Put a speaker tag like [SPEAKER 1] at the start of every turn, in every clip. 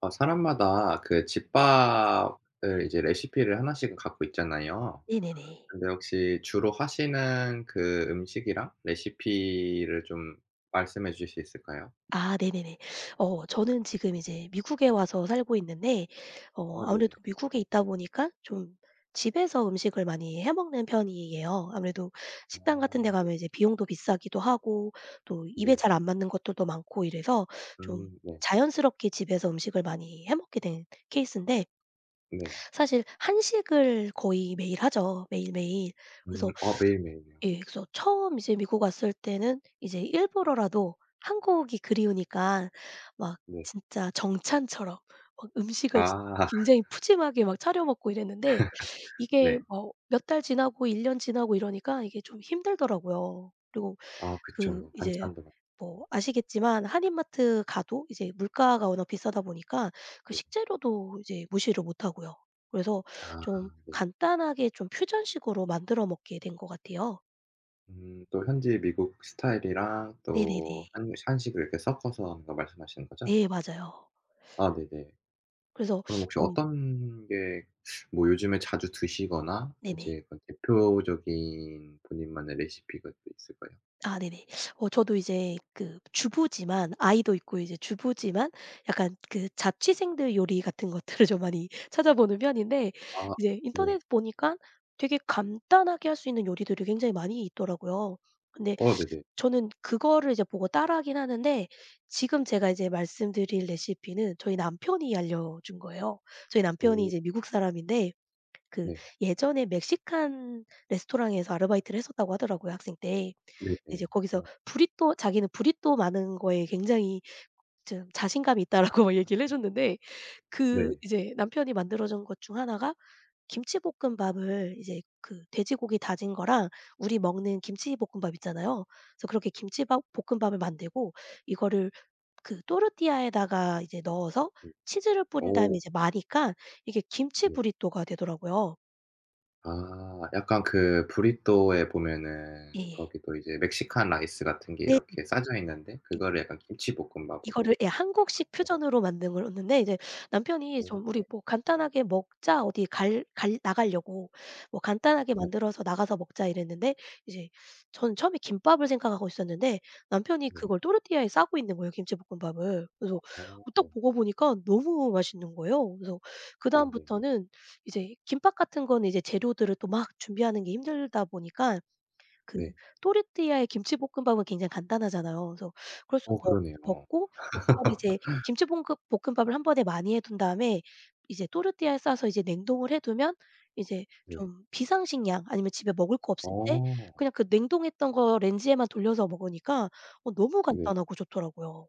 [SPEAKER 1] 아 사람마다 그 집밥을 이제 레시피를 하나씩은 갖고 있잖아요.
[SPEAKER 2] 네네네.
[SPEAKER 1] 근데 혹시 주로 하시는 그 음식이랑 레시피를 좀 말씀해 주실 수 있을까요?
[SPEAKER 2] 아 네네네. 저는 지금 이제 미국에 와서 살고 있는데
[SPEAKER 1] 어
[SPEAKER 2] 아무래도
[SPEAKER 1] 네네.
[SPEAKER 2] 미국에 있다 보니까 좀 집에서 음식을 많이 해 먹는 편이에요. 아무래도 식당 같은 데
[SPEAKER 1] 아 네.
[SPEAKER 2] 가면 이제 비용도 비싸기도 하고 또 입에
[SPEAKER 1] 네.
[SPEAKER 2] 잘 안 맞는 것들도 많고 이래서 좀
[SPEAKER 1] 네.
[SPEAKER 2] 자연스럽게 집에서 음식을 많이 해 먹게 된 케이스인데,
[SPEAKER 1] 네.
[SPEAKER 2] 사실 한식을 거의 매일 하죠, 매일매일. 그래서
[SPEAKER 1] 어 매일매일요.
[SPEAKER 2] 예, 그래서 처음 이제 미국 왔을 때는 이제 일부러라도 한국이 그리우니까 막
[SPEAKER 1] 네.
[SPEAKER 2] 진짜 정찬처럼 막 음식을
[SPEAKER 1] 아
[SPEAKER 2] 굉장히 푸짐하게 막 차려 먹고 이랬는데, 이게
[SPEAKER 1] 네.
[SPEAKER 2] 뭐 몇 달 지나고 1년 지나고 이러니까 이게 좀 힘들더라고요. 그리고
[SPEAKER 1] 아
[SPEAKER 2] 그
[SPEAKER 1] 그쵸.
[SPEAKER 2] 이제
[SPEAKER 1] 반찬도 많고
[SPEAKER 2] 뭐 아시겠지만, 한인마트 가도 이제 물가가 워낙 비싸다 보니까 그
[SPEAKER 1] 네.
[SPEAKER 2] 식재료도 이제 무시를 못 하고요. 그래서
[SPEAKER 1] 아
[SPEAKER 2] 좀
[SPEAKER 1] 네.
[SPEAKER 2] 간단하게 좀 퓨전식으로 만들어 먹게 된 것 같아요.
[SPEAKER 1] 또 현지 미국 스타일이랑
[SPEAKER 2] 네네네.
[SPEAKER 1] 또 한 한식을 이렇게 섞어서 하는 거 말씀하시는 거죠?
[SPEAKER 2] 네, 맞아요.
[SPEAKER 1] 아 네네.
[SPEAKER 2] 그래서
[SPEAKER 1] 그럼 혹시
[SPEAKER 2] 좀,
[SPEAKER 1] 어떤 게 뭐 요즘에 자주 드시거나
[SPEAKER 2] 네네.
[SPEAKER 1] 이제 그 대표적인 본인만의 레시피가 또 있을까요?
[SPEAKER 2] 아 네네. 저도 이제 그 주부지만 아이도 있고, 이제 주부지만 약간 그 자취생들 요리 같은 것들을 좀 많이 찾아보는 편인데,
[SPEAKER 1] 아
[SPEAKER 2] 이제
[SPEAKER 1] 네.
[SPEAKER 2] 인터넷 보니까 되게 간단하게 할 수 있는 요리들이 굉장히 많이 있더라고요. 근데
[SPEAKER 1] 어 네네.
[SPEAKER 2] 저는 그거를 이제 보고 따라하긴 하는데, 지금 제가 이제 말씀드릴 레시피는 저희 남편이 알려준 거예요. 저희 남편이
[SPEAKER 1] 오
[SPEAKER 2] 이제 미국 사람인데, 그
[SPEAKER 1] 네.
[SPEAKER 2] 예전에 멕시칸 레스토랑에서 아르바이트를 했었다고 하더라고요, 학생 때. 이제
[SPEAKER 1] 네네.
[SPEAKER 2] 거기서
[SPEAKER 1] 어
[SPEAKER 2] 브리또, 자기는 브리또 마는 거에 굉장히 좀 자신감이 있다라고 막 얘기를 해 줬는데, 그
[SPEAKER 1] 네.
[SPEAKER 2] 이제 남편이 만들어 준 것 중 하나가 김치볶음밥을 이제 그 돼지고기 다진 거랑, 우리 먹는 김치볶음밥 있잖아요. 그래서 그렇게 김치밥 볶음밥을 만들고 이거를 그 또르띠아에다가 이제 넣어서
[SPEAKER 1] 네.
[SPEAKER 2] 치즈를 뿌린 다음에
[SPEAKER 1] 어
[SPEAKER 2] 이제 마니까 이게 김치
[SPEAKER 1] 네.
[SPEAKER 2] 브리또가 되더라고요.
[SPEAKER 1] 아 약간 그 브리또에 보면은
[SPEAKER 2] 예예.
[SPEAKER 1] 거기도 이제 멕시칸 라이스 같은 게
[SPEAKER 2] 네.
[SPEAKER 1] 이렇게 싸져 있는데 그거를 약간
[SPEAKER 2] 이
[SPEAKER 1] 김치볶음밥으로
[SPEAKER 2] 이거를 예 한국식
[SPEAKER 1] 넣어 가지고
[SPEAKER 2] 퓨전으로 만든 거였는데, 이제 남편이 좀 "우리
[SPEAKER 1] 네.
[SPEAKER 2] 뭐 간단하게 먹자. 어디 갈 나가려고. 뭐 간단하게
[SPEAKER 1] 네.
[SPEAKER 2] 만들어서 나가서 먹자." 이랬는데, 이제 저는 처음에 김밥을 생각하고 있었는데 남편이
[SPEAKER 1] 네.
[SPEAKER 2] 그걸 또르띠아에 싸고 있는 거예요, 김치볶음밥을. 그래서
[SPEAKER 1] 어.
[SPEAKER 2] 딱
[SPEAKER 1] 어
[SPEAKER 2] 먹어보니까 너무 맛있는 거예요. 그래서
[SPEAKER 1] 어, 네네.
[SPEAKER 2] 그다음부터는 이제 김밥 같은 거는 이제 재료들을 또 막 준비하는 게 힘들다 보니까, 그
[SPEAKER 1] 네.
[SPEAKER 2] 또르띠아의 김치볶음밥은 굉장히 간단하잖아요. 그래서
[SPEAKER 1] 어
[SPEAKER 2] 먹
[SPEAKER 1] 그러네요.
[SPEAKER 2] 먹고 그거를 이제 김치볶음 볶음밥을 한 번에 많이 해둔 다음에 이제 또르띠아에 싸서 이제 냉동을 해 두면, 이제
[SPEAKER 1] 네.
[SPEAKER 2] 좀 비상식량, 아니면 집에 먹을 거 없을 때
[SPEAKER 1] 어.
[SPEAKER 2] 그냥 그 냉동했던 거 렌즈에만 돌려서 먹으니까 너무
[SPEAKER 1] 네.
[SPEAKER 2] 간단하고 좋더라고요.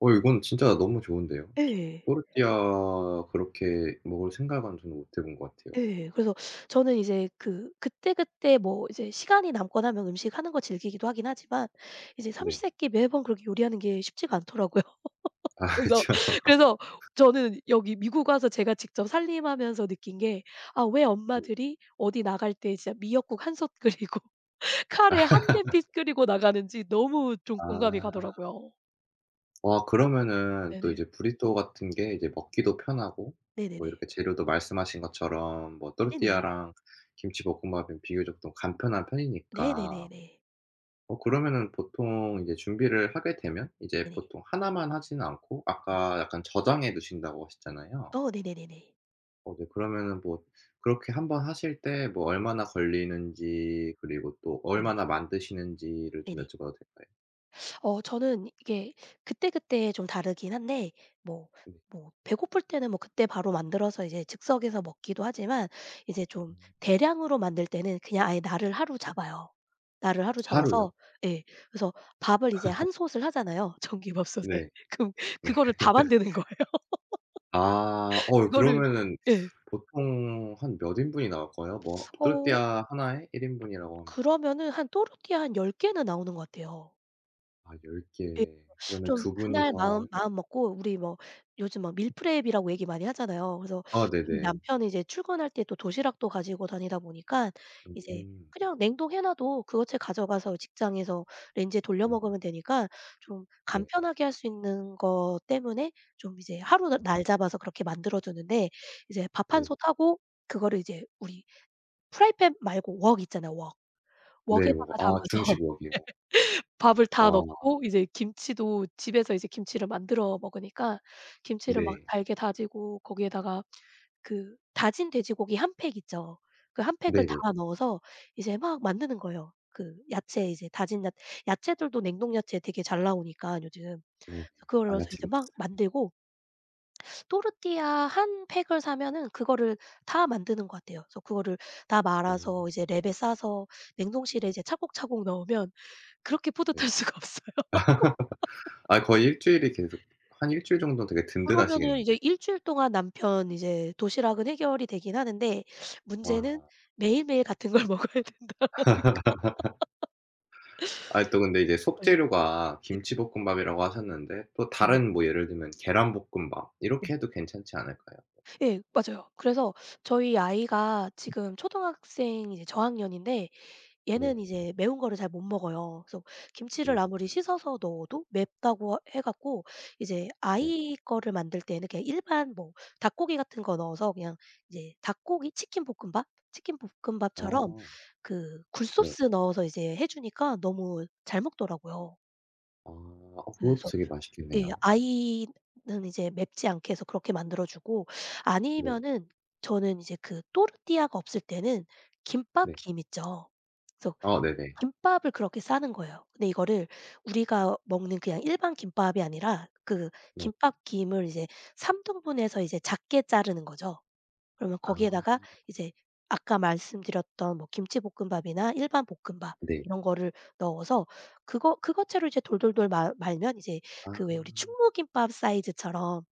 [SPEAKER 1] 어 이건 진짜 너무 좋은데요.
[SPEAKER 2] 예.
[SPEAKER 1] 또르띠아 그렇게 먹을 생각은 저는 못 해본 것 같아요.
[SPEAKER 2] 예. 그래서 저는 이제 그 그때그때 뭐 이제 시간이 남거나 하면 음식 하는 거 즐기기도 하긴 하지만, 이제
[SPEAKER 1] 네.
[SPEAKER 2] 삼시세끼 매번 그렇게 요리하는 게 쉽지가 않더라고요.
[SPEAKER 1] 아
[SPEAKER 2] 그래서
[SPEAKER 1] 그쵸.
[SPEAKER 2] 그래서 저는 여기 미국 와서 제가 직접 살림하면서 느낀 게, "아, 왜
[SPEAKER 1] 네.
[SPEAKER 2] 엄마들이 어디 나갈 때 진짜 미역국 한 솥 끓이고 카레 한 냄비 끓이고 나가는지." 너무 좀 공감이
[SPEAKER 1] 아.
[SPEAKER 2] 가더라고요.
[SPEAKER 1] 와 그러면은 또
[SPEAKER 2] 네네.
[SPEAKER 1] 이제 브리또 같은 게 이제 먹기도 편하고 뭐 이렇게
[SPEAKER 2] 네네네.
[SPEAKER 1] 재료도 말씀하신 것처럼 뭐
[SPEAKER 2] 네네.
[SPEAKER 1] 또르띠아랑 김치볶음밥은 비교적 좀 간편한 편이니까
[SPEAKER 2] 네네네네.
[SPEAKER 1] 어 그러면은 보통 이제 준비를 하게 되면 이제
[SPEAKER 2] 네네.
[SPEAKER 1] 보통 하나만 하지는 않고
[SPEAKER 2] 음.
[SPEAKER 1] 아까 약간 저장해 두신다고 하셨잖아요.
[SPEAKER 2] 네네네네.
[SPEAKER 1] 어 네. 그러면은 뭐 그렇게 한 번 하실 때 뭐 얼마나 걸리는지 그리고 또
[SPEAKER 2] 네네네.
[SPEAKER 1] 얼마나 만드시는지를 좀
[SPEAKER 2] 네네.
[SPEAKER 1] 여쭤봐도 될까요?
[SPEAKER 2] 저는 이게 그때그때 좀 다르긴 한데, 뭐
[SPEAKER 1] 네.
[SPEAKER 2] 뭐 배고플 때는 뭐 그때 바로 만들어서 이제 즉석에서 먹기도 하지만, 이제 좀
[SPEAKER 1] 음.
[SPEAKER 2] 대량으로 만들 때는 그냥 아예 날을 하루 잡아요. 날을 하루
[SPEAKER 1] 하루요?
[SPEAKER 2] 잡아서, 예, 그래서 밥을 이제 한 솥을 하잖아요, 전기밥솥에.
[SPEAKER 1] 네.
[SPEAKER 2] 그럼
[SPEAKER 1] 네.
[SPEAKER 2] 그거를 다 만드는 거예요.
[SPEAKER 1] 아. 어
[SPEAKER 2] 그거를,
[SPEAKER 1] 그러면은
[SPEAKER 2] 예.
[SPEAKER 1] 보통 한 몇 인분이 나올까요? 뭐
[SPEAKER 2] 어
[SPEAKER 1] 또르띠아 나에1 인분이라고 하면
[SPEAKER 2] 그러면은 한 또르띠아 한 10 개는 나오는 것 같아요.
[SPEAKER 1] 아 10 개. 그러면
[SPEAKER 2] 좀
[SPEAKER 1] 두
[SPEAKER 2] 그날
[SPEAKER 1] 분이서
[SPEAKER 2] 마음
[SPEAKER 1] 하면
[SPEAKER 2] 마음 먹고, 우리 뭐 요즘 막 밀프렙이라고 얘기 많이 하잖아요. 그래서
[SPEAKER 1] 아
[SPEAKER 2] 저희
[SPEAKER 1] 네네.
[SPEAKER 2] 남편이 이제 출근할 때 또 도시락도 가지고 다니다 보니까 이제
[SPEAKER 1] 음.
[SPEAKER 2] 그냥 냉동해 놔도 그것을 가져가서 직장에서 렌지에 돌려
[SPEAKER 1] 네.
[SPEAKER 2] 먹으면 되니까, 좀
[SPEAKER 1] 네.
[SPEAKER 2] 간편하게 할 수 있는 것 때문에 좀 이제 하루 나 날 잡아서 그렇게 만들어 주는데, 이제 밥 한
[SPEAKER 1] 네.
[SPEAKER 2] 솥 하고, 그거를 이제 우리 프라이팬 말고 웍 있잖아요, 웍.
[SPEAKER 1] 네. 워
[SPEAKER 2] 웍에다가
[SPEAKER 1] 아
[SPEAKER 2] 담아서
[SPEAKER 1] 중식 워기요.
[SPEAKER 2] 밥을 다
[SPEAKER 1] 아
[SPEAKER 2] 넣고, 이제 김치도 집에서 이제 김치를 만들어 먹으니까 김치를 막
[SPEAKER 1] 네.
[SPEAKER 2] 달게 다지고, 거기에다가 그 다진 돼지고기 한 팩 있죠. 그 한 팩을 다
[SPEAKER 1] 네네.
[SPEAKER 2] 넣어서 이제 막 만드는 거예요. 그 야채, 이제 다진 야 야채들도, 냉동 야채 되게 잘 나오니까 요즘.
[SPEAKER 1] 네네.
[SPEAKER 2] 그래서 그걸
[SPEAKER 1] 아
[SPEAKER 2] 넣어서
[SPEAKER 1] 야채
[SPEAKER 2] 이제 막
[SPEAKER 1] 믹스.
[SPEAKER 2] 만들고, 또르띠아 한 팩을 사면은 그거를 다 만드는 것 같아요. 그래서 그거를 다
[SPEAKER 1] 오
[SPEAKER 2] 말아서 이제 랩에 싸서 냉동실에 이제 차곡차곡 넣으면 그렇게
[SPEAKER 1] 네.
[SPEAKER 2] 뿌듯할 수가 없어요.
[SPEAKER 1] 아 거의 일주일이 계속 한 일주일 정도는 되게
[SPEAKER 2] 그러면은
[SPEAKER 1] 든든하시겠는데.
[SPEAKER 2] 이제 1주일 동안 남편 이제 도시락은 해결이 되긴 하는데, 문제는
[SPEAKER 1] 와.
[SPEAKER 2] 매일매일 같은 걸 먹어야 된다는 거.
[SPEAKER 1] 아니 또 근데 이제 속재료가 김치볶음밥이라고 하셨는데 또
[SPEAKER 2] 네네.
[SPEAKER 1] 다른 뭐 예를 들면 계란볶음밥
[SPEAKER 2] 네.
[SPEAKER 1] 이렇게 해도 괜찮지 않을까요?
[SPEAKER 2] 예, 맞아요. 그래서 저희 아이가 지금 초등학생 이제 저학년인데, 얘는
[SPEAKER 1] 네.
[SPEAKER 2] 이제 매운 거를 잘 못 먹어요. 그래서 김치를
[SPEAKER 1] 네.
[SPEAKER 2] 아무리 씻어서 넣어도 맵다고 해 갖고 이제
[SPEAKER 1] 네.
[SPEAKER 2] 아이 거를 만들 때는 그냥 일반 뭐 닭고기 같은 거 넣어서 그냥 이제 닭고기 치킨 볶음밥? 치킨
[SPEAKER 1] 아.
[SPEAKER 2] 볶음밥처럼 그
[SPEAKER 1] 네.
[SPEAKER 2] 굴소스 넣어서 이제 해 주니까 너무 잘 먹더라고요.
[SPEAKER 1] 아. 어 그것도
[SPEAKER 2] 그래서
[SPEAKER 1] 되게
[SPEAKER 2] 예,
[SPEAKER 1] 맛있겠네요.
[SPEAKER 2] 아이는 이제 맵지 않게 해서 그렇게 만들어 주고,
[SPEAKER 1] 네.
[SPEAKER 2] 아니면은 저는 이제 그 또르띠아가 없을 때는
[SPEAKER 1] 네.
[SPEAKER 2] 김밥김 있죠. 그래서
[SPEAKER 1] 아 네네. 네.
[SPEAKER 2] 김밥을 그렇게 싸는 거예요. 근데 이거를 우리가 먹는 그냥 일반 김밥이 아니라 그
[SPEAKER 1] 네.
[SPEAKER 2] 김밥김을 이제 3 등분해서 이제 작게 자르는 거죠. 그러면 거기에다가
[SPEAKER 1] 아
[SPEAKER 2] 이제 아까 말씀드렸던 뭐 김치볶음밥이나 일반 볶음밥
[SPEAKER 1] 네.
[SPEAKER 2] 이런 거를 넣어서 그거 채로 이제 돌돌돌 말 말면 이제 그 왜
[SPEAKER 1] 아
[SPEAKER 2] 우리 충무김밥 사이즈처럼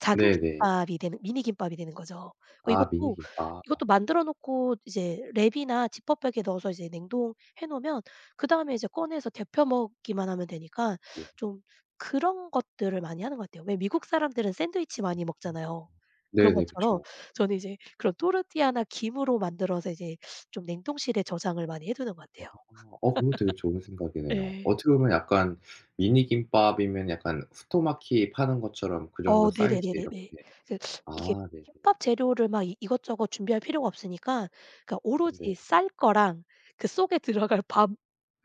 [SPEAKER 2] 작은
[SPEAKER 1] 네네.
[SPEAKER 2] 김밥이 되는, 미니 김밥이 되는 거죠. 그
[SPEAKER 1] 아 미니
[SPEAKER 2] 이것도
[SPEAKER 1] 김밥.
[SPEAKER 2] 이것도 만들어 놓고 이제 랩이나 지퍼백에 넣어서 이제 냉동해 놓으면 그다음에 이제 꺼내서 데펴 먹기만 하면 되니까,
[SPEAKER 1] 네.
[SPEAKER 2] 좀 그런 것들을 많이 하는 것 같아요. 왜 미국 사람들은 샌드위치 많이 먹잖아요. 그런
[SPEAKER 1] 네네.
[SPEAKER 2] 것처럼
[SPEAKER 1] 그쵸.
[SPEAKER 2] 저는 이제 그런 또르띠아나 김으로 만들어서 이제 좀 냉동실에 저장을 많이 해 두는 것
[SPEAKER 1] 아.
[SPEAKER 2] 같아요.
[SPEAKER 1] 어 그거 되게 좋은 생각이네요.
[SPEAKER 2] 예.
[SPEAKER 1] 어떻게 보면 약간 미니 김밥이면 약간 후토마키 파는 것처럼 그 정도 사이즈 이렇게
[SPEAKER 2] 네네네네네. 그, 이게
[SPEAKER 1] 아 네네.
[SPEAKER 2] 김밥 재료를 막 이 이것저것 준비할 필요가 없으니까, 그러니까
[SPEAKER 1] 네.
[SPEAKER 2] 오로지 쌀 거랑 그 속에 들어갈 밥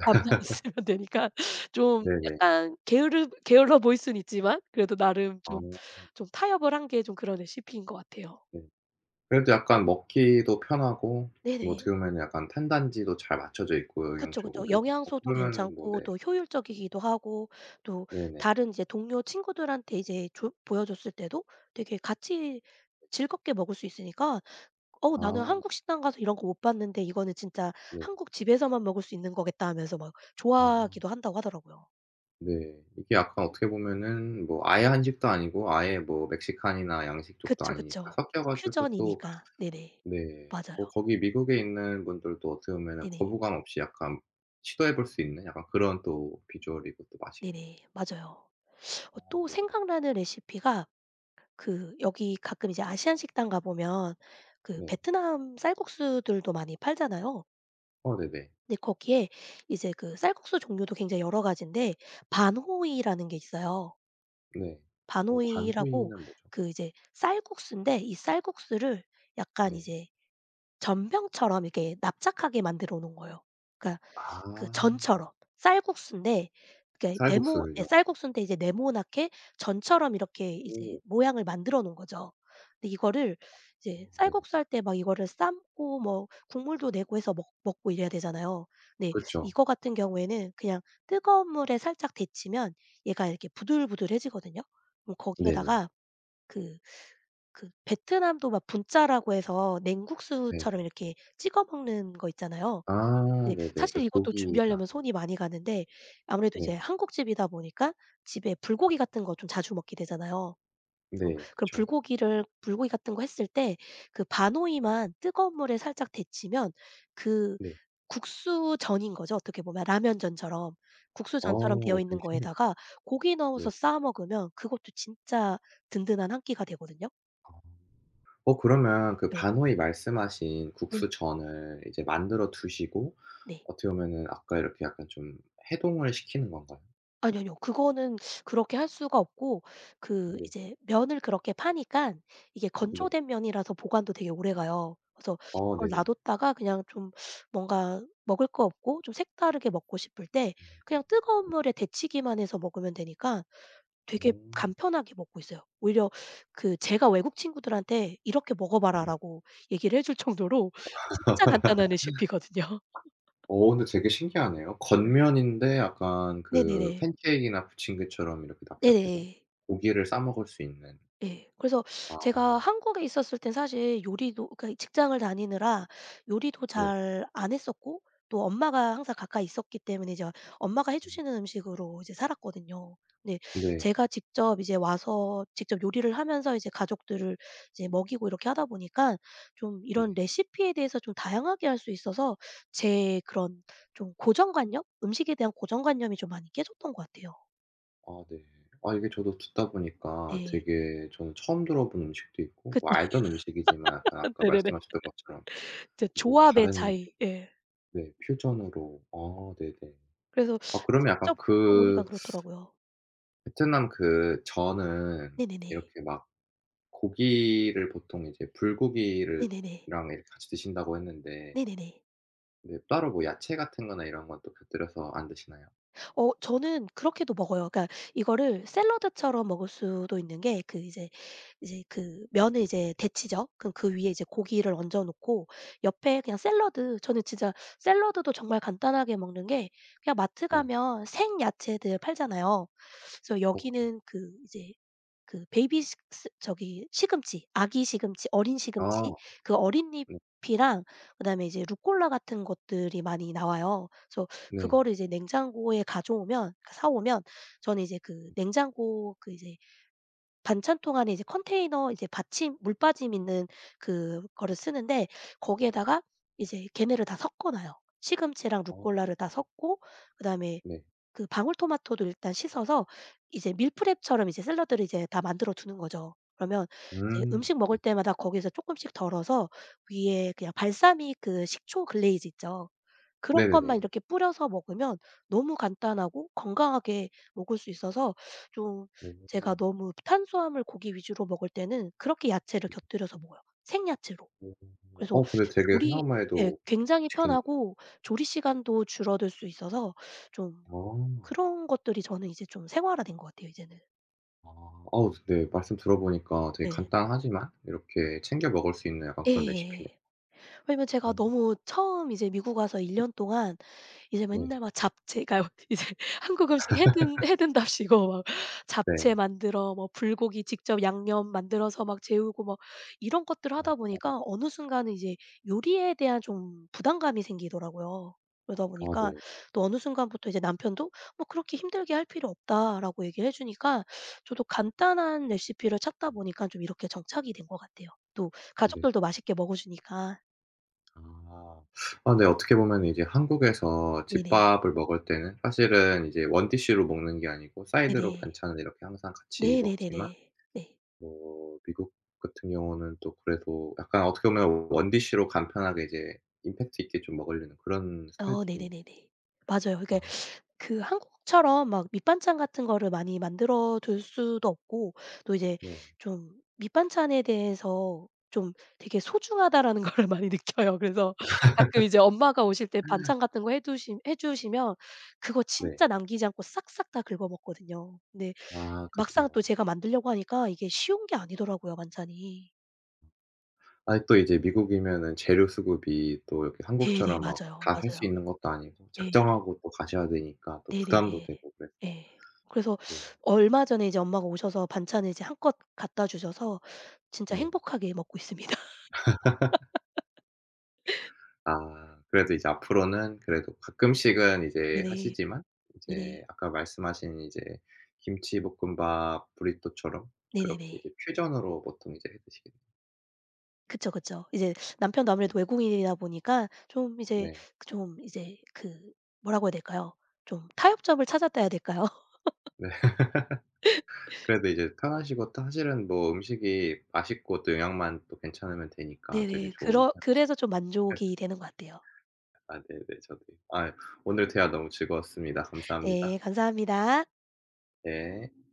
[SPEAKER 2] 밥만 있으면 되니까, 좀
[SPEAKER 1] 네네.
[SPEAKER 2] 약간 게으르 게을러 보일 수는 있지만 그래도 나름
[SPEAKER 1] 아
[SPEAKER 2] 좀 타협을 한 게 좀 그런 레시피인 것 같아요.
[SPEAKER 1] 네. 그래도 약간 먹기도 편하고 뭐
[SPEAKER 2] 네네.
[SPEAKER 1] 어떻게 보면 약간 탄단지도 잘 맞춰져 있고
[SPEAKER 2] 그쵸, 그쵸.
[SPEAKER 1] 영양적으로. 어
[SPEAKER 2] 영양소도
[SPEAKER 1] 그러면은 뭐
[SPEAKER 2] 괜찮고
[SPEAKER 1] 네.
[SPEAKER 2] 또 효율적이기도 하고, 또
[SPEAKER 1] 네네.
[SPEAKER 2] 다른 이제 동료 친구들한테 이제 조 보여줬을 때도 되게 같이 즐겁게 먹을 수 있으니까 "어, 나는 한국
[SPEAKER 1] 아
[SPEAKER 2] 식당 가서 이런 거 못 봤는데 이거는 진짜
[SPEAKER 1] 네.
[SPEAKER 2] 한국 집에서만 먹을 수 있는 거겠다." 하면서 막
[SPEAKER 1] 아
[SPEAKER 2] 좋아하기도 한다고 하더라고요.
[SPEAKER 1] 네. 이게 약간 어떻게 보면은 뭐 아예 한식도 아니고 아예 뭐 멕시칸이나 양식 쪽도
[SPEAKER 2] 그쵸,
[SPEAKER 1] 아니니까
[SPEAKER 2] 그쵸.
[SPEAKER 1] 섞여 가지고 또
[SPEAKER 2] 퓨전이니까. 네네.
[SPEAKER 1] 네.
[SPEAKER 2] 맞아요.
[SPEAKER 1] 뭐 거기 미국에 있는 분들도 어떻게 보면은
[SPEAKER 2] 네네.
[SPEAKER 1] 거부감 없이 약간 시도해 볼 수 있는 약간 그런 또 비주얼이고 또 맛이겠네요.
[SPEAKER 2] 네네. 맞아요.
[SPEAKER 1] 아
[SPEAKER 2] 또
[SPEAKER 1] 네네.
[SPEAKER 2] 생각나는 레시피가, 그 여기 가끔 이제 아시안 식당 가 보면 그
[SPEAKER 1] 네.
[SPEAKER 2] 베트남 쌀국수들도 많이 팔잖아요.
[SPEAKER 1] 어 네네.
[SPEAKER 2] 근데 거기에 이제 그 쌀국수 종류도 굉장히 여러 가지인데, 반호이라는 게 있어요.
[SPEAKER 1] 네. 어
[SPEAKER 2] 반호이라고,
[SPEAKER 1] 반호이는 뭐죠?
[SPEAKER 2] 그 이제 쌀국수인데, 이 쌀국수를 약간
[SPEAKER 1] 네.
[SPEAKER 2] 이제 전병처럼 이렇게 납작하게 만들어 놓은 거예요. 그러니까 그
[SPEAKER 1] 아
[SPEAKER 2] 전처럼, 쌀국수인데 그게 네모, 예,
[SPEAKER 1] 쌀국수를요?
[SPEAKER 2] 쌀국수인데 이제 네모나게 전처럼 이렇게 이제
[SPEAKER 1] 오.
[SPEAKER 2] 모양을 만들어 놓은 거죠. 근데 이거를
[SPEAKER 1] 아
[SPEAKER 2] 이제
[SPEAKER 1] 네네.
[SPEAKER 2] 쌀국수 할 때 막 이거를 삶고 뭐 국물도 내고 해서 먹 먹고 이래야 되잖아요. 근데
[SPEAKER 1] 그쵸.
[SPEAKER 2] 이거 같은 경우에는 그냥 뜨거운 물에 살짝 데치면 얘가 이렇게 부들부들해지거든요. 그럼
[SPEAKER 1] 네네.
[SPEAKER 2] 거기에다가 그 그 베트남도 막 분짜라고 해서
[SPEAKER 1] 네.
[SPEAKER 2] 냉국수처럼 이렇게 찍어 먹는 거 있잖아요.
[SPEAKER 1] 아
[SPEAKER 2] 네.
[SPEAKER 1] 네네.
[SPEAKER 2] 사실
[SPEAKER 1] 그
[SPEAKER 2] 이것도
[SPEAKER 1] 고기랑
[SPEAKER 2] 준비하려면 손이 많이 가는데, 아무래도 이제
[SPEAKER 1] 네.
[SPEAKER 2] 한국집이다 보니까 집에 불고기 같은 거 좀 자주 먹게 되잖아요. 그래서
[SPEAKER 1] 네.
[SPEAKER 2] 그럼
[SPEAKER 1] 그쵸.
[SPEAKER 2] 불고기 같은 거 했을 때 그 반오이만 뜨거운 물에 살짝 데치면 그
[SPEAKER 1] 네.
[SPEAKER 2] 국수전인 거죠, 어떻게 보면. 라면전처럼. 국수전처럼 되어
[SPEAKER 1] 어
[SPEAKER 2] 있는
[SPEAKER 1] 되게 신기하
[SPEAKER 2] 거에다가 고기 넣어서
[SPEAKER 1] 네.
[SPEAKER 2] 싸 먹으면 그것도 진짜 든든한 한 끼가 되거든요.
[SPEAKER 1] 아. 어 그러면 그
[SPEAKER 2] 예. 네.
[SPEAKER 1] 반호이 말씀하신
[SPEAKER 2] 네.
[SPEAKER 1] 국수전을 이제 만들어 두시고
[SPEAKER 2] 네.
[SPEAKER 1] 어떻게 보면은 아까 이렇게 약간 좀 해동을 시키는 건가요?
[SPEAKER 2] 아니요, 아니요. 그거는 그렇게 할 수가 없고, 그
[SPEAKER 1] 네.
[SPEAKER 2] 이제 면을 그렇게 파니까 이게
[SPEAKER 1] 네.
[SPEAKER 2] 건조된 면이라서 보관도 되게 오래가요. 그래서
[SPEAKER 1] 어
[SPEAKER 2] 그걸
[SPEAKER 1] 네네.
[SPEAKER 2] 놔뒀다가 그냥 좀 뭔가 먹을 거 없고 좀 색다르게 먹고 싶을 때
[SPEAKER 1] 음.
[SPEAKER 2] 그냥 뜨거운
[SPEAKER 1] 음.
[SPEAKER 2] 물에 데치기만 해서 먹으면 되니까 되게
[SPEAKER 1] 어.
[SPEAKER 2] 간편하게 먹고 있어요. 오히려 그 제가 외국 친구들한테 "이렇게
[SPEAKER 1] 네.
[SPEAKER 2] 먹어봐라."라고 얘기를 해줄 정도로 진짜 간단한 레시피거든요.
[SPEAKER 1] 어 근데 되게 신기하네요.
[SPEAKER 2] 네.
[SPEAKER 1] 겉면인데 약간 그
[SPEAKER 2] 네네네.
[SPEAKER 1] 팬케이크나 부침개처럼 이렇게 납작해서
[SPEAKER 2] 네네.
[SPEAKER 1] 고기를 싸 먹을 수 있는.
[SPEAKER 2] 예. 그래서 제가
[SPEAKER 1] 아
[SPEAKER 2] 한국에 있었을 땐 사실 요리도, 그러니까 직장을 다니느라 요리도
[SPEAKER 1] 네.
[SPEAKER 2] 잘 안 했었고, 또 엄마가 항상 가까이 있었기 때문에 이제 엄마가 해
[SPEAKER 1] 음.
[SPEAKER 2] 주시는 음식으로 이제 살았거든요. 근데
[SPEAKER 1] 네.
[SPEAKER 2] 제가 직접 이제 와서 직접 요리를 하면서 이제 가족들을 이제 먹이고 이렇게 하다 보니까 좀 이런
[SPEAKER 1] 네.
[SPEAKER 2] 레시피에 대해서 좀 다양하게 할 수 있어서, 제 그런 좀 고정관념? 음식에 대한 고정관념이 좀 많이 깨졌던 것 같아요.
[SPEAKER 1] 아 네. 아 이게 저도 듣다 보니까
[SPEAKER 2] 예.
[SPEAKER 1] 되게 저는 처음 들어본 음식도 있고
[SPEAKER 2] 그죠.
[SPEAKER 1] 뭐 알던 음식이지만 약간 아까
[SPEAKER 2] 네네네.
[SPEAKER 1] 말씀하셨던 것처럼
[SPEAKER 2] 이제
[SPEAKER 1] 게
[SPEAKER 2] 조합의
[SPEAKER 1] 다른
[SPEAKER 2] 차이. 예.
[SPEAKER 1] 네 퓨전으로 아 네네.
[SPEAKER 2] 그래서
[SPEAKER 1] 아 그러면 약간
[SPEAKER 2] 직접 겪어 보니까
[SPEAKER 1] 그
[SPEAKER 2] 그렇더라고요.
[SPEAKER 1] 베트남 그 저는
[SPEAKER 2] 네네네.
[SPEAKER 1] 이렇게 막 고기를 보통 이제 불고기를
[SPEAKER 2] 네네네.
[SPEAKER 1] 랑 이렇게 같이 드신다고 했는데
[SPEAKER 2] 네네네.
[SPEAKER 1] 네 따로 뭐 야채 같은 거나 이런 건 또 곁들여서 안 드시나요?
[SPEAKER 2] 저는 그렇게도 먹어요. 그러니까 이거를 샐러드처럼 먹을 수도 있는 게, 그 이제 그 면을 이제 데치죠. 그럼 그 위에 이제 고기를 얹어 놓고, 옆에 그냥 샐러드, 저는 진짜 샐러드도 정말 간단하게 먹는 게, 그냥 마트
[SPEAKER 1] 네.
[SPEAKER 2] 가면 생 야채들 팔잖아요. 그래서
[SPEAKER 1] 어 그쵸.
[SPEAKER 2] 여기는 그 이제 그 베이비 식 스 저기 시금치, 아기 시금치, 어린
[SPEAKER 1] 아
[SPEAKER 2] 시금치 그
[SPEAKER 1] 네.
[SPEAKER 2] 어린잎이랑 그다음에 이제 루꼴라 같은 것들이 많이 나와요. 그래서
[SPEAKER 1] 네네.
[SPEAKER 2] 그거를 이제 냉장고에 가져오면, 사 오면 저는 이제 그 냉장고 그 이제 반찬통 안에 이제 컨테이너 이제 받침 물 빠짐 있는 그거를 쓰는데, 거기에다가 이제 걔네를 다 섞어 놔요. 시금치랑
[SPEAKER 1] 아
[SPEAKER 2] 루꼴라를 다 섞고, 그다음에
[SPEAKER 1] 네.
[SPEAKER 2] 그 방울토마토도 일단 씻어서 이제 밀프렙처럼 이제 샐러드를 이제 다 만들어 두는 거죠. 그러면 이제
[SPEAKER 1] 음.
[SPEAKER 2] 음식 먹을 때마다 거기서 조금씩 덜어서 위에 그냥 발사믹 그 식초 글레이즈 있죠. 그런 것만
[SPEAKER 1] 네네네.
[SPEAKER 2] 이렇게 뿌려서 먹으면 너무 간단하고 건강하게 먹을 수 있어서, 좀
[SPEAKER 1] 오.
[SPEAKER 2] 제가 너무 탄수화물 고기 위주로 먹을 때는 그렇게 야채를 곁들여서 먹어요, 생야채로.
[SPEAKER 1] 오.
[SPEAKER 2] 그래서
[SPEAKER 1] 어 근데 되게
[SPEAKER 2] 조리,
[SPEAKER 1] 생각만
[SPEAKER 2] 예,
[SPEAKER 1] 해도
[SPEAKER 2] 굉장히
[SPEAKER 1] 맛있겠는데.
[SPEAKER 2] 편하고 조리 시간도 줄어들 수 있어서, 좀
[SPEAKER 1] 아.
[SPEAKER 2] 그런 것들이 저는 이제 좀 생활화된 것 같아요, 이제는.
[SPEAKER 1] 아. 어우 네. 말씀 들어보니까 되게
[SPEAKER 2] 예.
[SPEAKER 1] 간단하지만 이렇게 챙겨 먹을 수 있는 약간 그런
[SPEAKER 2] 예예예.
[SPEAKER 1] 레시피네요.
[SPEAKER 2] 왜냐면
[SPEAKER 1] 어
[SPEAKER 2] 제가 너무 처음 이제 미국 와서 1년 동안 이제
[SPEAKER 1] 네.
[SPEAKER 2] 맨날 막 잡채, 그러니까 이제 한국 음식 해든답시고 막
[SPEAKER 1] 네.
[SPEAKER 2] 잡채 만들어 뭐 불고기 직접 양념 만들어서 막 재우고 막 이런 것들을
[SPEAKER 1] 아.
[SPEAKER 2] 하다 보니까
[SPEAKER 1] 아
[SPEAKER 2] 어느 순간은 이제 요리에 대한 좀 부담감이 생기더라고요. 그러다
[SPEAKER 1] 아,
[SPEAKER 2] 보니까
[SPEAKER 1] 네.
[SPEAKER 2] 또 어느 순간부터 이제 남편도 "뭐 그렇게 힘들게 할 필요 없다."라고 얘기를 해 주니까 저도 간단한 레시피를 찾다
[SPEAKER 1] 음
[SPEAKER 2] 보니까 좀 이렇게 정착이 된 것 같아요. 또
[SPEAKER 1] 네.
[SPEAKER 2] 가족들도 맛있게 먹어 주니까.
[SPEAKER 1] 아. 아 네. 어떻게 보면 이제 한국에서
[SPEAKER 2] 네네.
[SPEAKER 1] 집밥을 먹을 때는 사실은 이제 원디시로 먹는 게 아니고 사이드로
[SPEAKER 2] 네네.
[SPEAKER 1] 반찬을 이렇게 항상 같이 먹지만
[SPEAKER 2] 네네네네. 네.
[SPEAKER 1] 뭐 미국 같은 경우는 또 그래도 약간 어떻게 보면 원디시로 간편하게 이제 임팩트 있게 좀 먹으려는 그런 스타일도 좀 있는 것
[SPEAKER 2] 네네네네. 맞아요. 그러니까
[SPEAKER 1] 같아요. 아
[SPEAKER 2] 그 한국처럼 막 밑반찬 같은 거를 많이 만들어 둘 수도 없고, 또 이제
[SPEAKER 1] 네.
[SPEAKER 2] 좀 밑반찬에 대해서 좀 되게 소중하다라는 거를 많이 느껴요. 그래서 가끔 이제 엄마가 오실 때 반찬 같은 거 해 주시면 그거
[SPEAKER 1] 네.
[SPEAKER 2] 진짜 남기지 않고 싹싹 다 긁어 먹거든요. 근데
[SPEAKER 1] 아
[SPEAKER 2] 막상
[SPEAKER 1] 그쵸.
[SPEAKER 2] 또 제가 만들려고 하니까 이게 쉬운 게 아니더라고요, 반찬이.
[SPEAKER 1] 아니 또 이제 미국이면은 재료 수급이 또 이렇게
[SPEAKER 2] 네네.
[SPEAKER 1] 한국처럼 막
[SPEAKER 2] 맞아요,
[SPEAKER 1] 다 살 수
[SPEAKER 2] 맞아요.
[SPEAKER 1] 있는 것도 아니고
[SPEAKER 2] 예.
[SPEAKER 1] 작정하고 또 가셔야 되니까 또 부담도
[SPEAKER 2] 네네네.
[SPEAKER 1] 되고 그래서
[SPEAKER 2] 예. 그래서
[SPEAKER 1] 네.
[SPEAKER 2] 얼마 전에 이제 엄마가 오셔서 반찬을 이제 한껏 갖다 주셔서 진짜
[SPEAKER 1] 네.
[SPEAKER 2] 행복하게 먹고 있습니다.
[SPEAKER 1] 아 그래도 이제 앞으로는 그래도 가끔씩은 이제
[SPEAKER 2] 네네.
[SPEAKER 1] 하시지만
[SPEAKER 2] 네네.
[SPEAKER 1] 이제 아까 말씀하신 이제 김치볶음밥, 브리또처럼 그렇게
[SPEAKER 2] 네네네.
[SPEAKER 1] 이제 퓨전으로 보통 이제 해 드시겠네요.
[SPEAKER 2] 그쵸, 그쵸. 이제 남편도 아무래도 외국인이다 보니까 좀 이제
[SPEAKER 1] 네.
[SPEAKER 2] 그, 좀 이제 그, 뭐라고 해야 될까요? 좀 타협점을 찾았다 해야 될까요?
[SPEAKER 1] 네. 그래도 이제 편하시고 또 사실은 뭐 음식이 맛있고 또 영양만 또 괜찮으면 되니까 되게
[SPEAKER 2] 네네.
[SPEAKER 1] 좋은
[SPEAKER 2] 그러 그래서 좀 만족이 되는 것 같아요.
[SPEAKER 1] 아 네네. 저도요. 아유 오늘 대화 너무 즐거웠습니다. 감사합니다.
[SPEAKER 2] 네. 감사합니다.
[SPEAKER 1] 네.